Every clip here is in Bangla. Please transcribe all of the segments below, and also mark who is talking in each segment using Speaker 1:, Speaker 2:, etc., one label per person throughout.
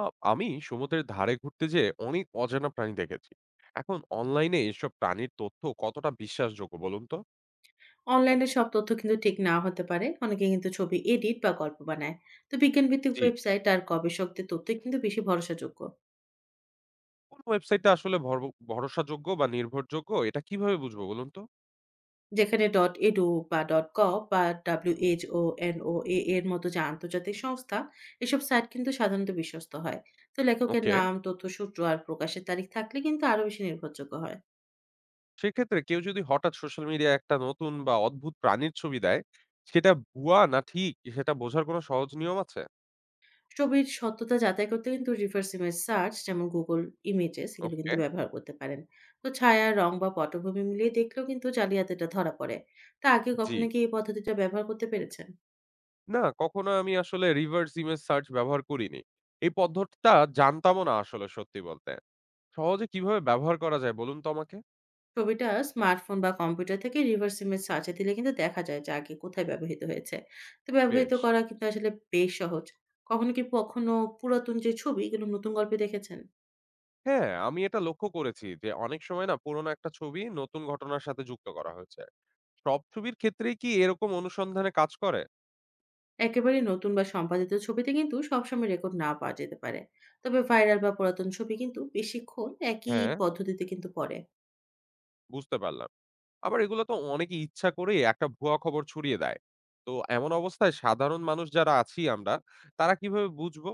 Speaker 1: আ আমি সমুদ্রের ধারে ঘুরতে যেয়ে অনেক অজানা প্রাণী দেখেছি। এখন অনলাইনে এসব প্রাণীর তথ্য কতটা বিশ্বাসযোগ্য বলুন তো?
Speaker 2: অনলাইনে সব তথ্য কিন্তু ঠিক নাও হতে পারে। অনেকে কিন্তু ছবি এডিট বা গল্প বানায়। তো বিজ্ঞানভিত্তিক
Speaker 1: জি।
Speaker 2: ওয়েবসাইট আর গবেষকদের তথ্যই কিন্তু বেশি ভরসাযোগ্য।
Speaker 1: কোন ওয়েবসাইটটা আসলে ভরসাযোগ্য বা নির্ভরযোগ্য এটা কিভাবে বুঝবো বলুন তো?
Speaker 2: যেখানে .edu বা .gov বা WHO, NOAA এর মতো যে আন্তর্জাতিক সংস্থা, এসব সাইট কিন্তু সাধারণত বিশ্বস্ত হয়। তো লেখকের
Speaker 1: ওকে।
Speaker 2: নাম, তথ্যসূত্র আর প্রকাশের তারিখ থাকলে কিন্তু আরো বেশি নির্ভরযোগ্য হয়।
Speaker 1: সেক্ষেত্রে কেউ যদি হঠাৎ সোশ্যাল মিডিয়ায় একটা নতুন বা অদ্ভুত প্রাণীর ছবি দেয়, সেটা ভুয়া না ঠিক সেটা বোঝার কোনো সহজ নিয়ম আছে?
Speaker 2: ছবির সত্যতা যাচাই করতে কিন্তু রিভার্স ইমেজ সার্চ যেমন গুগল ইমেজেস এগুলো
Speaker 1: ওকে,
Speaker 2: কিন্তু ব্যবহার করতে পারেন। তো ছায়া রং বা পটভূমি মিলিয়ে দেখলেও কিন্তু জালিয়াতিটা ধরা পড়ে। তা আগে
Speaker 1: জি।
Speaker 2: কখনো কি এই পদ্ধতিটা ব্যবহার করতে পেরেছেন?
Speaker 1: না, কখনো আমি আসলে reverse image search ব্যবহার করিনি। এই পদ্ধতিটা জানতামও না আসলে সত্যি বলতে। সহজে কিভাবে ব্যবহার করা যায় বলুন তো আমাকে?
Speaker 2: ছবিটা স্মার্টফোন বা কম্পিউটার থেকে রিভার্স ইমেজ সার্চে দিলে কিন্তু দেখা যায় যে আগে কোথায় ব্যবহৃত হয়েছে। তো ব্যবহৃত
Speaker 1: বেশ।
Speaker 2: করা কিন্তু আসলে বেশ সহজ। কখনো কি পুরাতন যে ছবি এগুলো নতুন গল্পে দেখেছেন?
Speaker 1: হ্যাঁ, আমি এটা লক্ষ্য করেছি যে অনেক সময় না পুরোনো একটা ছবি নতুন ঘটনার সাথে যুক্ত করা হয়েছে। সব ছবির ক্ষেত্রেই কি এরকম অনুসন্ধানে কাজ করে?
Speaker 2: একেবারে নতুন বা সম্পাদিত ছবিতে কিন্তু সবসময় রেকর্ড না পাওয়া যেতে পারে। তবে ভাইরাল বা পুরাতন ছবি কিন্তু বেশিক্ষণ একই
Speaker 1: হ্যাঁ,
Speaker 2: পদ্ধতিতে কিন্তু পড়ে।
Speaker 1: বুঝতে পারলাম। আবার এগুলো তো অনেকে ইচ্ছা করেই একটা ভুয়া খবর ছড়িয়ে দেয়। তো এমন অবস্থায় সাধারণ মানুষ যারা আছি আমরা, তারা কিভাবে বুঝবো?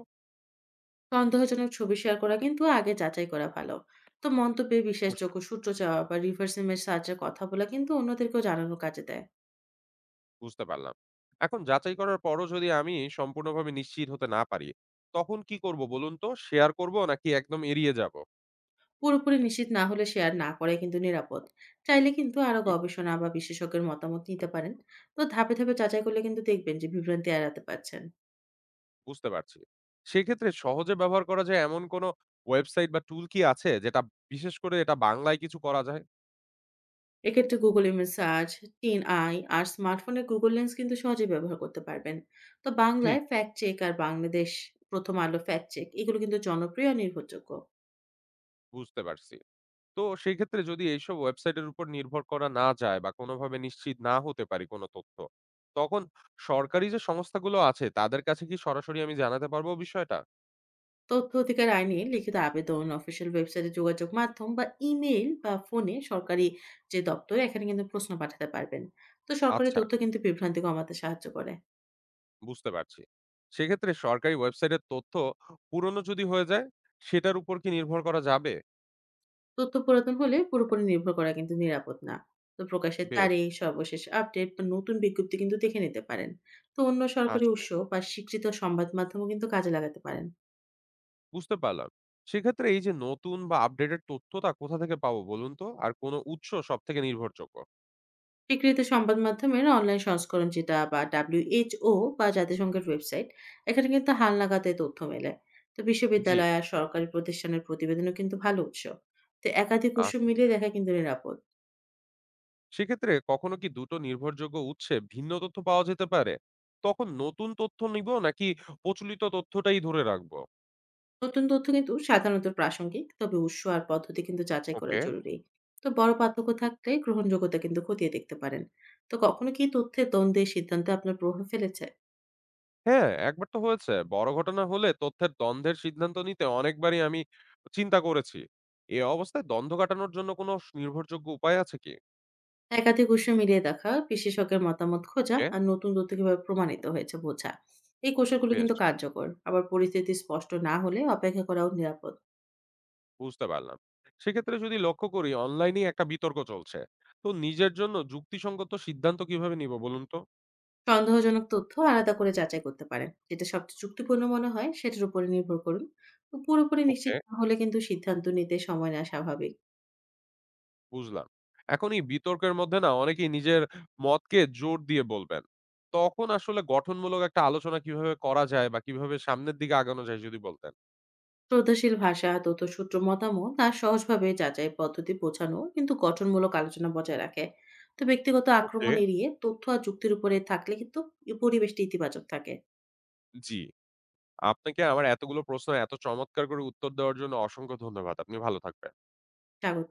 Speaker 2: সন্দেহজনক ছবি শেয়ার করা কিন্তু আগে যাচাই করা ভালো। তো মন্তব্যে
Speaker 1: বুঝ-
Speaker 2: বিশ্বাসযোগ্য সূত্র চাওয়া বা রিভার্স ইমেজ সার্চের কথা বলা কিন্তু অন্যদেরকেও জানানো কাজে দেয়।
Speaker 1: বুঝতে পারলাম। এখন যাচাই করার পরও যদি আমি সম্পূর্ণভাবে নিশ্চিত হতে না পারি, তখন কি করব বলুন তো? শেয়ার করব নাকি একদম এড়িয়ে যাব?
Speaker 2: পুরোপুরি নিশ্চিত না হলে শেয়ার না করাই কিন্তু নিরাপদ। চাইলে কিন্তু আরো গবেষণা বা বিশেষজ্ঞের মতামত নিতে পারেন। তো ধাপে ধাপে যাচাই করলে কিন্তু দেখবেন যে বিভ্রান্তি এড়াতে পারছেন।
Speaker 1: বুঝতে পারছি। সেক্ষেত্রে সহজে ব্যবহার করা যায় এমন কোনো ওয়েবসাইট বা টুল কি আছে যেটা বিশেষ করে এটা বাংলায় কিছু করা যায়?
Speaker 2: এক্ষেত্রে Google image search, TinEye আর স্মার্টফোনের Google লেন্স কিন্তু সহজে ব্যবহার করতে পারবেন। তো বাংলায়
Speaker 1: ঠিক।
Speaker 2: ফ্যাক্ট চেক আর বাংলাদেশ প্রথম আলো ফ্যাক্ট চেক এগুলো কিন্তু জনপ্রিয় আর নির্ভরযোগ্য।
Speaker 1: বুঝতে পারছি। তো সেই ক্ষেত্রে যদি এইসব ওয়েবসাইটের উপর নির্ভর করা না যায় বা কোনোভাবে নিশ্চিত না হতে পারি কোনো তথ্য, তখন সরকারি যে সংস্থাগুলো আছে তাদের কাছে কি সরাসরি আমি জানাতে পারবো বিষয়টা?
Speaker 2: তথ্য অধিকার আইনে লিখিত আবেদন, অফিসিয়াল ওয়েবসাইটে যোগাযোগ মাধ্যম বা ইমেইল বা ফোনে সরকারি যে দপ্তর এখানে কিন্তু প্রশ্ন পাঠাতে পারবেন। তো সরকারি
Speaker 1: আচ্ছা,
Speaker 2: তথ্য কিন্তু বিভ্রান্তি কমাতে সাহায্য করে।
Speaker 1: বুঝতে পারছি। সেক্ষেত্রে সরকারি ওয়েবসাইটের তথ্য পুরনো যদি হয়ে যায়, সেটার উপর কি নির্ভর করা যাবে?
Speaker 2: তথ্য পুরাতন হলে পুরোপুরি নির্ভর করা কিন্তু নিরাপদ না। তো প্রকাশের
Speaker 1: বেশ,
Speaker 2: তারিখ, সর্বশেষ আপডেট বা নতুন বিজ্ঞপ্তি কিন্তু দেখে নিতে পারেন। তো অন্য সরকারি
Speaker 1: আসলেই।
Speaker 2: উৎস বা স্বীকৃত সংবাদ মাধ্যমও কিন্তু কাজে লাগাতে পারেন।
Speaker 1: বুঝতে পারলাম। সেক্ষেত্রে এই যে নতুন বা আপডেটেড তথ্যটা কোথা থেকে পাবো বলুন তো? আর কোন উৎস সবথেকে নির্ভরযোগ্য?
Speaker 2: স্বীকৃত সংবাদ মাধ্যমের অনলাইন সংস্করণ যেটা বা WHO বা জাতিসংঘের ওয়েবসাইট, এখানে কিন্তু হালনাগাদে তথ্য মেলে। তো
Speaker 1: জি।
Speaker 2: বিশ্ববিদ্যালয় আর সরকারি প্রতিষ্ঠানের প্রতিবেদনও কিন্তু ভালো উৎস। তো একাধিক উৎস
Speaker 1: আচ্ছা।
Speaker 2: মিলিয়ে দেখা কিন্তু নিরাপদ।
Speaker 1: সেক্ষেত্রে কখনো কি দুটো নির্ভরযোগ্য উৎসে ভিন্ন তথ্য পাওয়া যেতে পারে? তখন নতুন তথ্য নিবো নাকি প্রচলিত তথ্যটাই ধরে রাখবো?
Speaker 2: নতুন তথ্য কিন্তু সাধারণত প্রাসঙ্গিক, তবে উৎস আর পদ্ধতি কিন্তু যাচাই করা
Speaker 1: ওকে।
Speaker 2: জরুরি। তো বড় পার্থক্য থাকলে গ্রহণযোগ্যতা কিন্তু খতিয়ে দেখতে পারেন। তো কখনো কি তথ্যের দ্বন্দ্বের সিদ্ধান্তে আপনার প্রভাব ফেলেছে?
Speaker 1: হ্যাঁ, একবার তো হয়েছে। বড় ঘটনা হলে তথ্যের দ্বন্দ্বের সিদ্ধান্ত নিতে অনেকবারই আমি চিন্তা করেছি। এ অবস্থায় দ্বন্দ্ব কাটানোর জন্য কোনো নির্ভরযোগ্য উপায় আছে কি?
Speaker 2: একাধিক উৎস মিলিয়ে দেখা, বিশেষজ্ঞের মতামত খোঁজা
Speaker 1: ওকে,
Speaker 2: আর নতুন তথ্য কিভাবে প্রমাণিত হয়েছে বোঝা। এই কৌশলগুলো
Speaker 1: বেশ।
Speaker 2: কিন্তু কার্যকর। আবার পরিস্থিতি স্পষ্ট না হলে অপেক্ষা করাও নিরাপদ।
Speaker 1: বুঝতে পারলাম। সেক্ষেত্রে যদি লক্ষ্য করি অনলাইনেই একটা বিতর্ক চলছে। তো নিজের জন্য যুক্তিসঙ্গত সিদ্ধান্ত কিভাবে নিব বলুন তো?
Speaker 2: সন্দেহজনক তথ্য আলাদা করে যাচাই করতে পারেন। যেটা সবচেয়ে যুক্তিপূর্ণ মনে হয় সেটার উপরে নির্ভর করুন। তো পুরোপুরি
Speaker 1: ওকে,
Speaker 2: নিশ্চিত না হলে কিন্তু সিদ্ধান্ত নিতে সময় নেওয়া স্বাভাবিক।
Speaker 1: বুঝলাম। এখন এই বিতর্কের মধ্যে না অনেকেই নিজের মতকে জোর দিয়ে বলবেন। তখন আসলে গঠনমূলক একটা আলোচনা কিভাবে করা যায় বা কিভাবে সামনের দিকে আগানো যায় যদি বলতেন?
Speaker 2: শ্রদ্ধাশীল ভাষা, তথ্যসূত্র মতামত আর সহজভাবে যাচাই পদ্ধতি বোঝানো কিন্তু গঠনমূলক আলোচনা বজায় রাখে। তো ব্যক্তিগত
Speaker 1: ওকে।
Speaker 2: আক্রমণ এড়িয়ে তথ্য আর যুক্তির উপরে থাকলে কিন্তু এই পরিবেশটি ইতিবাচক থাকে।
Speaker 1: জি, আপনাকে আমার এতগুলো প্রশ্ন এত চমৎকার করে উত্তর দেওয়ার জন্য অসংখ্য ধন্যবাদ। আপনি ভালো থাকবেন।
Speaker 2: স্বাগত।